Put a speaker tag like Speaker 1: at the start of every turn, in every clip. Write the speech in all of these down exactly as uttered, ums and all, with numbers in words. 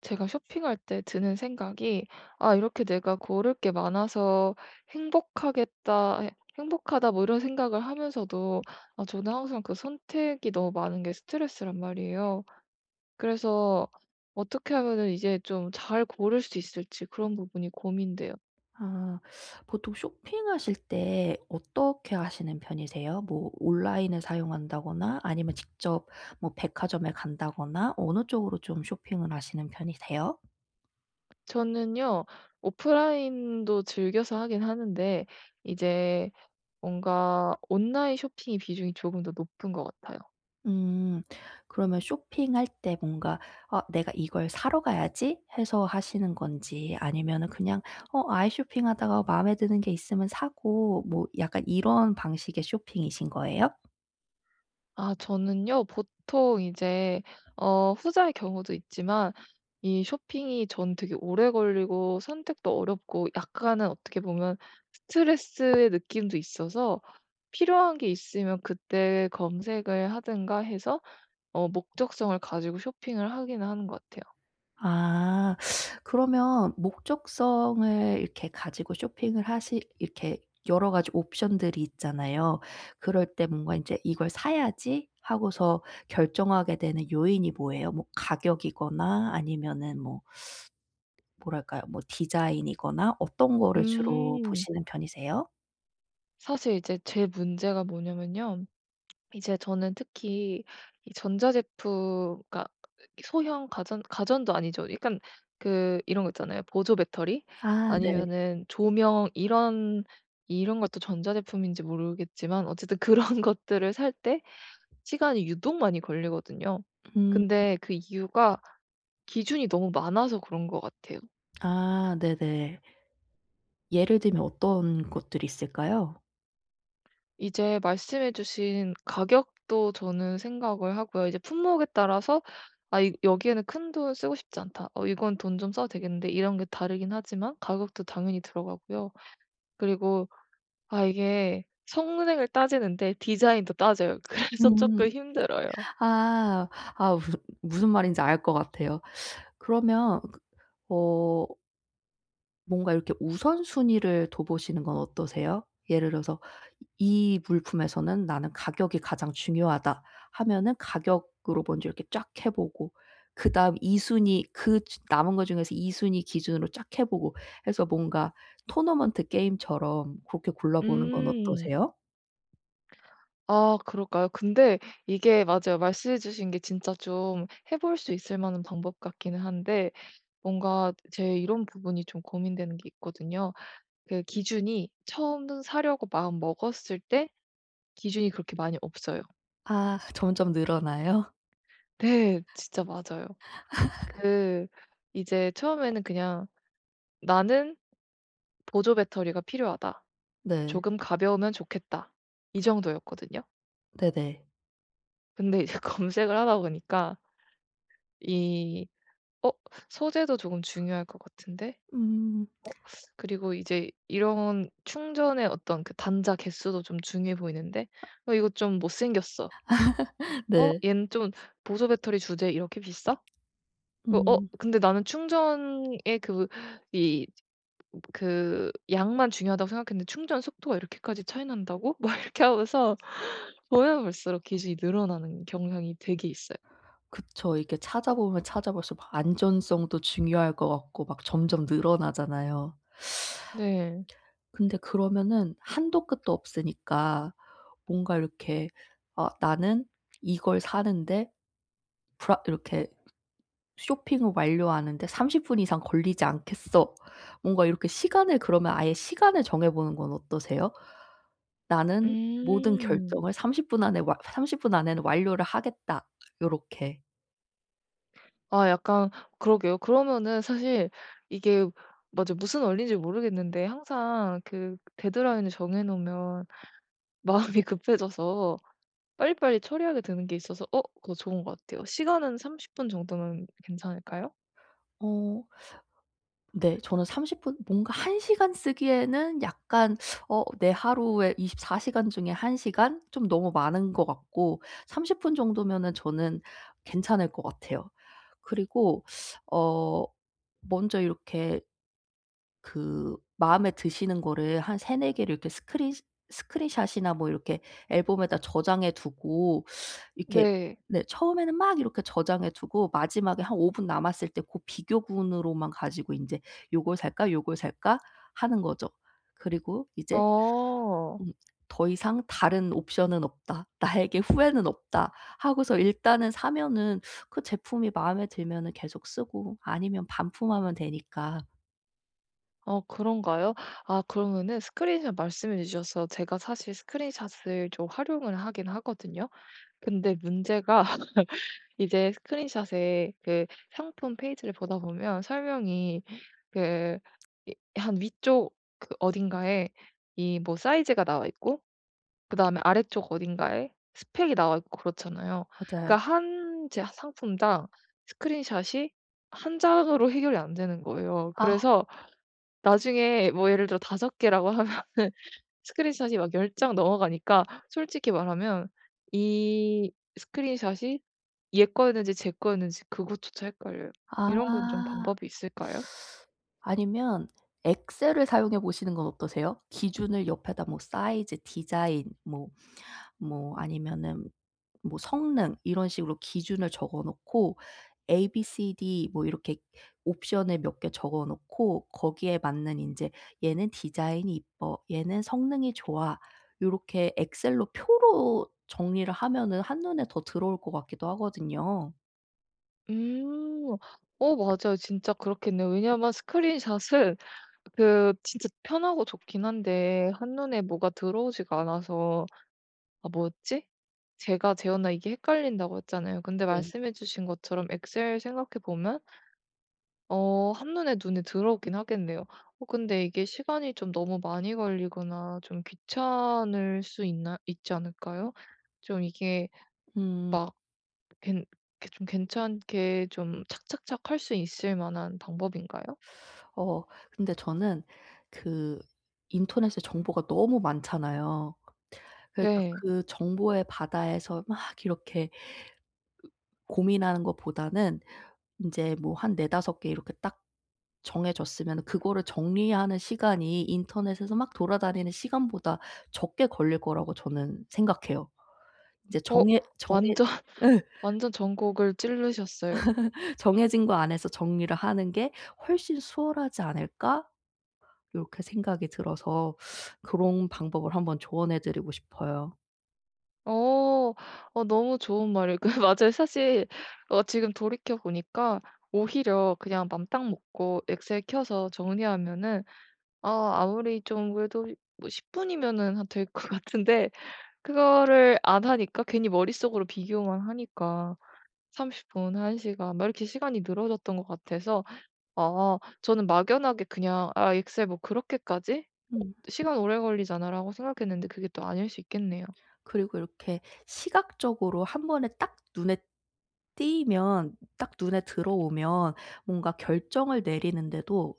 Speaker 1: 제가 쇼핑할 때 드는 생각이 '아 이렇게 내가 고를 게 많아서 행복하겠다.' 해 '행복하다.' 뭐 이런 생각을 하면서도 아 저는 항상 그 선택이 너무 많은 게 스트레스란 말이에요. 그래서 어떻게 하면은 이제 좀 잘 고를 수 있을지 그런 부분이 고민돼요.
Speaker 2: 아 보통 쇼핑하실 때 어떻게 하시는 편이세요? 뭐 온라인을 사용한다거나 아니면 직접 뭐 백화점에 간다거나 어느 쪽으로 좀 쇼핑을 하시는 편이세요?
Speaker 1: 저는요, 오프라인도 즐겨서 하긴 하는데 이제 뭔가 온라인 쇼핑의 비중이 조금 더 높은 것 같아요.
Speaker 2: 음. 그러면 쇼핑할 때 뭔가 '아 내가 이걸 사러 가야지.' 해서 하시는 건지 아니면은 그냥 어 아이 쇼핑하다가 마음에 드는 게 있으면 사고 뭐 약간 이런 방식의 쇼핑이신 거예요?
Speaker 1: 아 저는요. 보통 이제 어 후자의 경우도 있지만 이 쇼핑이 전 되게 오래 걸리고 선택도 어렵고 약간은 어떻게 보면 스트레스의 느낌도 있어서 필요한 게 있으면 그때 검색을 하든가 해서 어 목적성을 가지고 쇼핑을 하기는 하는 것 같아요.
Speaker 2: 아. 그러면 목적성을 이렇게 가지고 쇼핑을 하시 이렇게 여러 가지 옵션들이 있잖아요. 그럴 때 뭔가 인제 '이걸 사야지.' 하고서 결정하게 되는 요인이 뭐예요? 뭐 가격이거나 아니면은 뭐 뭐랄까요? 뭐 디자인이거나 어떤 거를 주로
Speaker 1: 음.
Speaker 2: 보시는 편이세요?
Speaker 1: 사실 이제 제 문제가 뭐냐면요. 이제 저는 특히 이 전자제품 그러니까 소형 가전, 가전도 아니죠. 약간 그 이런 거 있잖아요. 보조 배터리
Speaker 2: 아 네.
Speaker 1: 아니면은 조명 이런 이런 것도 전자제품인지 모르겠지만 어쨌든 그런 것들을 살 때 시간이 유독 많이 걸리거든요.
Speaker 2: 음.
Speaker 1: 근데 그 이유가 기준이 너무 많아서 그런 것 같아요.
Speaker 2: 아 네네. 예를 들면 어떤 것들이 있을까요?
Speaker 1: 이제 말씀해 주신 가격도 저는 생각을 하고요. 이제 품목에 따라서 '아 이 여기에는 큰돈 쓰고 싶지 않다. 어 이건 돈 좀 써도 되겠는데.' 이런 게 다르긴 하지만 가격도 당연히 들어가고요. 그리고 아 이게 성능을 따지는데 디자인도 따져요. 그래서
Speaker 2: 음.
Speaker 1: 조금 힘들어요.
Speaker 2: 아. 아 무슨 무슨 말인지 알 것 같아요. 그러면 그어 뭔가 이렇게 우선순위를 둬보시는 건 어떠세요? 예를 들어서 '이 물품에서는 나는 가격이 가장 중요하다.' 하면은 가격으로 먼저 이렇게 쫙 해 보고 그다음 이 순위 그 주 남은 것 중에서 이 순위 기준으로 쫙 해 보고 해서 뭔가 토너먼트 게임처럼 그렇게 골라보는 건
Speaker 1: 음.
Speaker 2: 어떠세요?
Speaker 1: 아 그럴까요? 근데 이게 맞아요. 말씀해 주신 게 진짜 좀 해볼 수 있을 만한 방법 같기는 한데 뭔가 제 이런 부분이 좀 고민되는 게 있거든요. 그 기준이 처음 사려고 마음 먹었을 때 기준이 그렇게 많이 없어요.
Speaker 2: 아 점점 늘어나요?
Speaker 1: 네. 진짜 맞아요. 그 이제 처음에는 그냥 '나는 보조 배터리가 필요하다.
Speaker 2: 네.
Speaker 1: 조금 가벼우면 좋겠다.' 이 정도였거든요.
Speaker 2: 네네.
Speaker 1: 근데 이제 검색을 하다 보니까 이 어 소재도 조금 중요할 것 같은데
Speaker 2: 음.
Speaker 1: 어 그리고 이제 이런 충전의 어떤 그 단자 개수도 좀 중요해 보이는데 '어 이거 좀 못 생겼어.' 어
Speaker 2: 네.
Speaker 1: 얘는 좀 보조 배터리 주제에 이렇게 비싸? 그 어
Speaker 2: 음.
Speaker 1: 근데 나는 충전의 그 이 그 양만 중요하다고 생각했는데 충전 속도가 이렇게까지 차이 난다고? 막 이렇게 하면서 보면 볼수록 기준이 늘어나는 경향이 되게 있어요.
Speaker 2: 그쵸. 이게 찾아보면 찾아볼수록 막 안전성도 중요할 것 같고 막 점점 늘어나잖아요.
Speaker 1: 네.
Speaker 2: 근데 그러면은 한도 끝도 없으니까 뭔가 이렇게 '아 나는 이걸 사는데 브라' 이렇게 '쇼핑을 완료하는데 삼십 분 이상 걸리지 않겠어.' 뭔가 이렇게 시간을 그러면 아예 시간을 정해 보는 건 어떠세요? '나는 모든
Speaker 1: 음.
Speaker 2: 결정을 삼십 분 안에 와 삼십 분 안에는 완료를 하겠다.' 요렇게.
Speaker 1: 아 약간 그러게요. 그러면은 사실 이게 맞아, 무슨 원리인지 모르겠는데 항상 그 데드라인을 정해 놓으면 마음이 급해져서 빨리빨리 처리하게 되는 게 있어서 어 그거 좋은 것 같아요. 시간은 삼십 분 정도면 괜찮을까요?
Speaker 2: 어 네. 저는 삼십 분 뭔가 한 시간 쓰기에는 약간 어 내 하루에 이십사 시간 중에 한 시간 좀 너무 많은 것 같고 삼십 분 정도면은 저는 괜찮을 것 같아요. 그리고 어 먼저 이렇게 그 마음에 드시는 거를 한 세네 개를 이렇게 스크린 스크린샷이나 뭐 이렇게 앨범에다 저장해 두고 이렇게
Speaker 1: 네.
Speaker 2: 네 처음에는 막 이렇게 저장해 두고 마지막에 한 오 분 남았을 때 고 비교군으로만 가지고 인제 '요걸 살까? 요걸 살까?' 하는 거죠. 그리고 이제
Speaker 1: 어.
Speaker 2: 음 '더 이상 다른 옵션은 없다. 나에게 후회는 없다.' 하고서 일단은 사면은 그 제품이 마음에 들면은 계속 쓰고 아니면 반품하면 되니까.
Speaker 1: 어 그런가요? 아 그러면은 스크린샷 말씀해 주셔서 제가 사실 스크린샷을 좀 활용을 하긴 하거든요. 근데 문제가 이제 스크린샷에 그 상품 페이지를 보다 보면 설명이 그 이 한 위쪽 그 어딘가에 이 뭐 사이즈가 나와 있고 그다음에 아래쪽 어딘가에 스펙이 나와 있고 그렇잖아요. 그러니까
Speaker 2: 맞아요.
Speaker 1: 한 제 상품당 스크린샷이 한 장으로 해결이 안 되는 거예요.
Speaker 2: 아
Speaker 1: 그래서 나중에 뭐 예를 들어 다섯 개라고 하면은 스크린샷이 막 열 장 넘어가니까 솔직히 말하면 이 스크린샷이 얘 거였는지 제 거였는지 그것조차 헷갈려요. 이런 건 좀
Speaker 2: 아.
Speaker 1: 방법이 있을까요?
Speaker 2: 아니면 엑셀을 사용해 보시는 건 어떠세요? 기준을 옆에다 뭐 사이즈, 디자인 뭐 뭐 아니면은 뭐 성능 이런 식으로 기준을 적어 놓고 에이비씨디 뭐 이렇게 옵션을 몇 개 적어 놓고 거기에 맞는 인제 "얘는 디자인이 이뻐. 얘는 성능이 좋아." 요렇게 엑셀로 표로 정리를 하면은 한눈에 더 들어올 것 같기도 하거든요.
Speaker 1: 음. 어 맞아요. 진짜 그렇겠네요. 왜냐하면 스크린샷은 그 진짜 편하고 좋긴 한데 한눈에 뭐가 들어오지가 않아서 아 뭐였지? 제가 재웠나 이게 헷갈린다고 했잖아요. 근데
Speaker 2: 네.
Speaker 1: 말씀해 주신 것처럼 엑셀 생각해 보면 어 한눈에 눈에 들어오긴 하겠네요. 어 근데 이게 시간이 좀 너무 많이 걸리거나 좀 귀찮을 수 있나 있지 않을까요? 좀 이게
Speaker 2: 음.
Speaker 1: 막 괜 좀 괜찮게 좀 착착착 할 수 있을 만한 방법인가요?
Speaker 2: 어 근데 저는 그 인터넷에 정보가 너무 많잖아요. 그러니까
Speaker 1: 네.
Speaker 2: 그 정보의 바다에서 막 이렇게 고민하는 것보다는 이제 뭐 한 네다섯 개 이렇게 딱 정해졌으면 그거를 정리하는 시간이 인터넷에서 막 돌아다니는 시간보다 적게 걸릴 거라고 저는 생각해요. 이제
Speaker 1: 어
Speaker 2: 정해 정해
Speaker 1: 완전 완전 전곡을 찌르셨어요.
Speaker 2: '정해진 거 안에서 정리를 하는 게 훨씬 수월하지 않을까?' 요렇게 생각이 들어서 그런 방법을 한번 조언해 드리고 싶어요.
Speaker 1: 어. 어 너무 좋은 말이에요. 그 맞아요. 사실 어 지금 돌이켜 보니까 오히려 그냥 맘딱 먹고 엑셀 켜서 정리하면은 아 아무리 좀 그래도 뭐 십 분이면은 한 될 것 같은데 그거를 안 하니까 괜히 머릿속으로 비교만 하니까 삼십 분, 한 시간 막 이렇게 시간이 늘어졌던 것 같아서 아 저는 막연하게 그냥 '아 엑셀 뭐 그렇게까지
Speaker 2: 음.
Speaker 1: 시간 오래 걸리잖아.'라고 생각했는데 그게 또 아닐 수 있겠네요.
Speaker 2: 그리고 이렇게 시각적으로 한 번에 딱 눈에 띄면 딱 눈에 들어오면 뭔가 결정을 내리는데도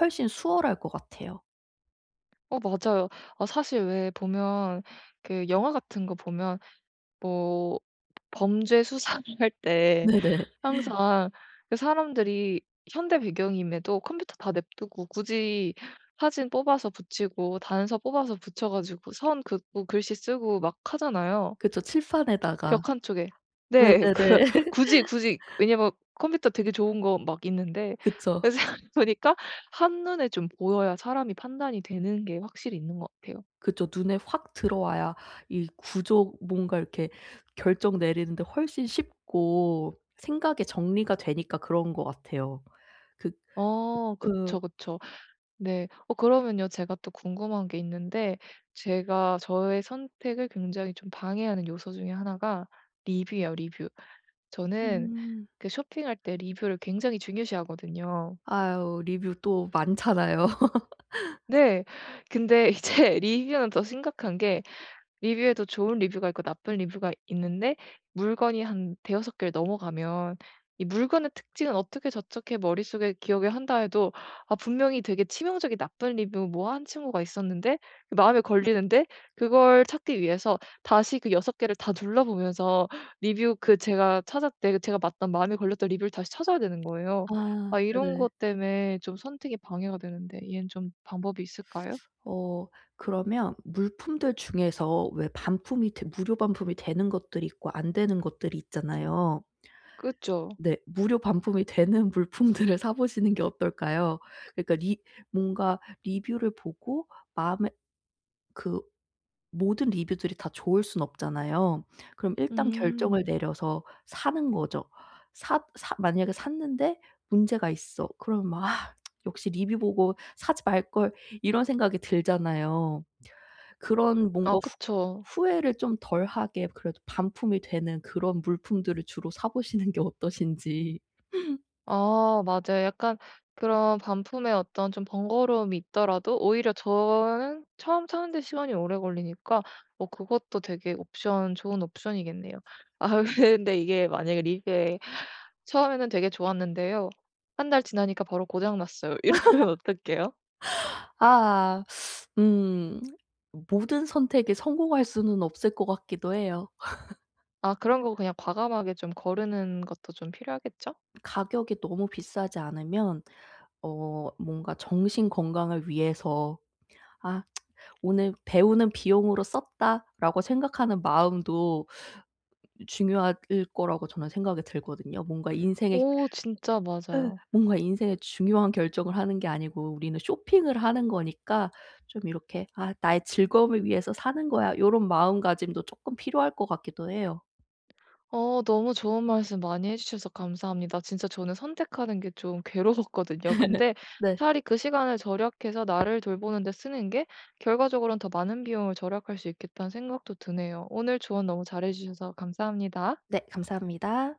Speaker 2: 훨씬 수월할 것 같아요.
Speaker 1: 어 맞아요. 아 사실 왜 보면 그 영화 같은 거 보면 뭐 범죄 수사를 할 때
Speaker 2: 네네.
Speaker 1: 항상 그 사람들이 현대 배경임에도 컴퓨터 다 냅두고 굳이 사진 뽑아서 붙이고 단서 뽑아서 붙여 가지고 선 긋고 글씨 쓰고 막 하잖아요,
Speaker 2: 그쵸. 칠판에다가
Speaker 1: 벽 한 쪽에. 네. 그
Speaker 2: 네네네.
Speaker 1: 굳이, 굳이 왜냐면 컴퓨터 되게 좋은 거 막 있는데 그
Speaker 2: 그쵸.
Speaker 1: 생각 보니까 한눈에 좀 보여야 사람이 판단이 되는 게 확실히 있는 것 같아요.
Speaker 2: 그쵸. 눈에 확 들어와야 이 구조 뭔가 이렇게 결정 내리는데 훨씬 쉽고 생각이 정리가 되니까 그런 것 같아요. 그
Speaker 1: 어
Speaker 2: 예.
Speaker 1: 그쵸, 그쵸. 네. 어 그러면요 제가 또 궁금한 게 있는데 제가 저의 선택을 굉장히 좀 방해하는 요소 중에 하나가 리뷰예요, 리뷰. 저는
Speaker 2: 음.
Speaker 1: 그 쇼핑할 때 리뷰를 굉장히 중요시하거든요.
Speaker 2: 아유 리뷰 또 많잖아요.
Speaker 1: 네. 근데 이제 리뷰는 더 심각한 게 리뷰에도 좋은 리뷰가 있고 나쁜 리뷰가 있는데 물건이 한 대여섯 개를 넘어가면 이 물건의 특징은 어떻게 저렇게 머릿속에 기억에 한다 해도 아 분명히 되게 치명적인 나쁜 리뷰 뭐 한 친구가 있었는데 그 마음에 걸리는데 그걸 찾기 위해서 다시 그 여섯 개를 다 둘러보면서 리뷰 그 제가 찾았 때 제가 맞던 마음에 걸렸던 리뷰를 다시 찾아야 되는 거예요.
Speaker 2: 아.
Speaker 1: 아 이런
Speaker 2: 네네.
Speaker 1: 것 때문에 좀 선택이 방해가 되는데 이엔 좀 방법이 있을까요?
Speaker 2: 어 그러면 물품들 중에서 왜 반품이 되 무료 반품이 되는 것들이 있고 안 되는 것들이 있잖아요.
Speaker 1: 그쵸.
Speaker 2: 네. 무료 반품이 되는 물품들을 사 보시는 게 어떨까요? 그러니까 리 뭔가 리뷰를 보고 마음에 그 모든 리뷰들이 다 좋을 순 없잖아요. 그럼 일단 결정을
Speaker 1: 음.
Speaker 2: 내려서 사는 거죠. 사 사 만약에 샀는데 문제가 있어. 그러면 막 '아 역시 리뷰 보고 사지 말 걸.' 이런 생각이 들잖아요. 그런
Speaker 1: 아
Speaker 2: 뭔가 후
Speaker 1: 그쵸.
Speaker 2: 후회를 좀 덜하게 그래도 반품이 되는 그런 물품들을 주로 사 보시는 게 어떠신지.
Speaker 1: 아 맞아요. 약간 그런 반품의 어떤 좀 번거로움이 있더라도 오히려 저는 처음 사는데 시간이 오래 걸리니까 뭐 그것도 되게 옵션 좋은 옵션이겠네요. 아 근데 이게 만약에 리뷰에 처음에는 되게 좋았는데요. 한 달 지나니까 바로 고장 났어요. 이러면 어떡해요?
Speaker 2: 아 음 모든 선택에 성공할 수는 없을 것 같기도 해요.
Speaker 1: 아 그런 거 그냥 과감하게 좀 거르는 것도 좀 필요하겠죠?
Speaker 2: 가격이 너무 비싸지 않으면 어 뭔가 정신 건강을 위해서 '아 오늘 배우는 비용으로 썼다.'라고 생각하는 마음도 중요할 거라고 저는 생각이 들거든요. 뭔가 인생에
Speaker 1: 오 진짜
Speaker 2: 예
Speaker 1: 맞아요.
Speaker 2: 뭔가 인생에 중요한 결정을 하는 게 아니고 우리는 쇼핑을 하는 거니까 좀 이렇게 '아 나의 즐거움을 위해서 사는 거야.' 요런 마음가짐도 쪼끔 필요할 것 같기도 해요.
Speaker 1: 어 너무 좋은 말씀 많이 해 주셔서 감사합니다. 진짜 저는 선택하는 게 좀 괴로웠거든요. 근데
Speaker 2: 네.
Speaker 1: 차라리 그 시간을 절약해서 나를 돌보는 데 쓰는 게 결과적으로는 더 많은 비용을 절약할 수 있겠다는 생각도 드네요. 오늘 조언 너무 잘해 주셔서 감사합니다.
Speaker 2: 네 감사합니다.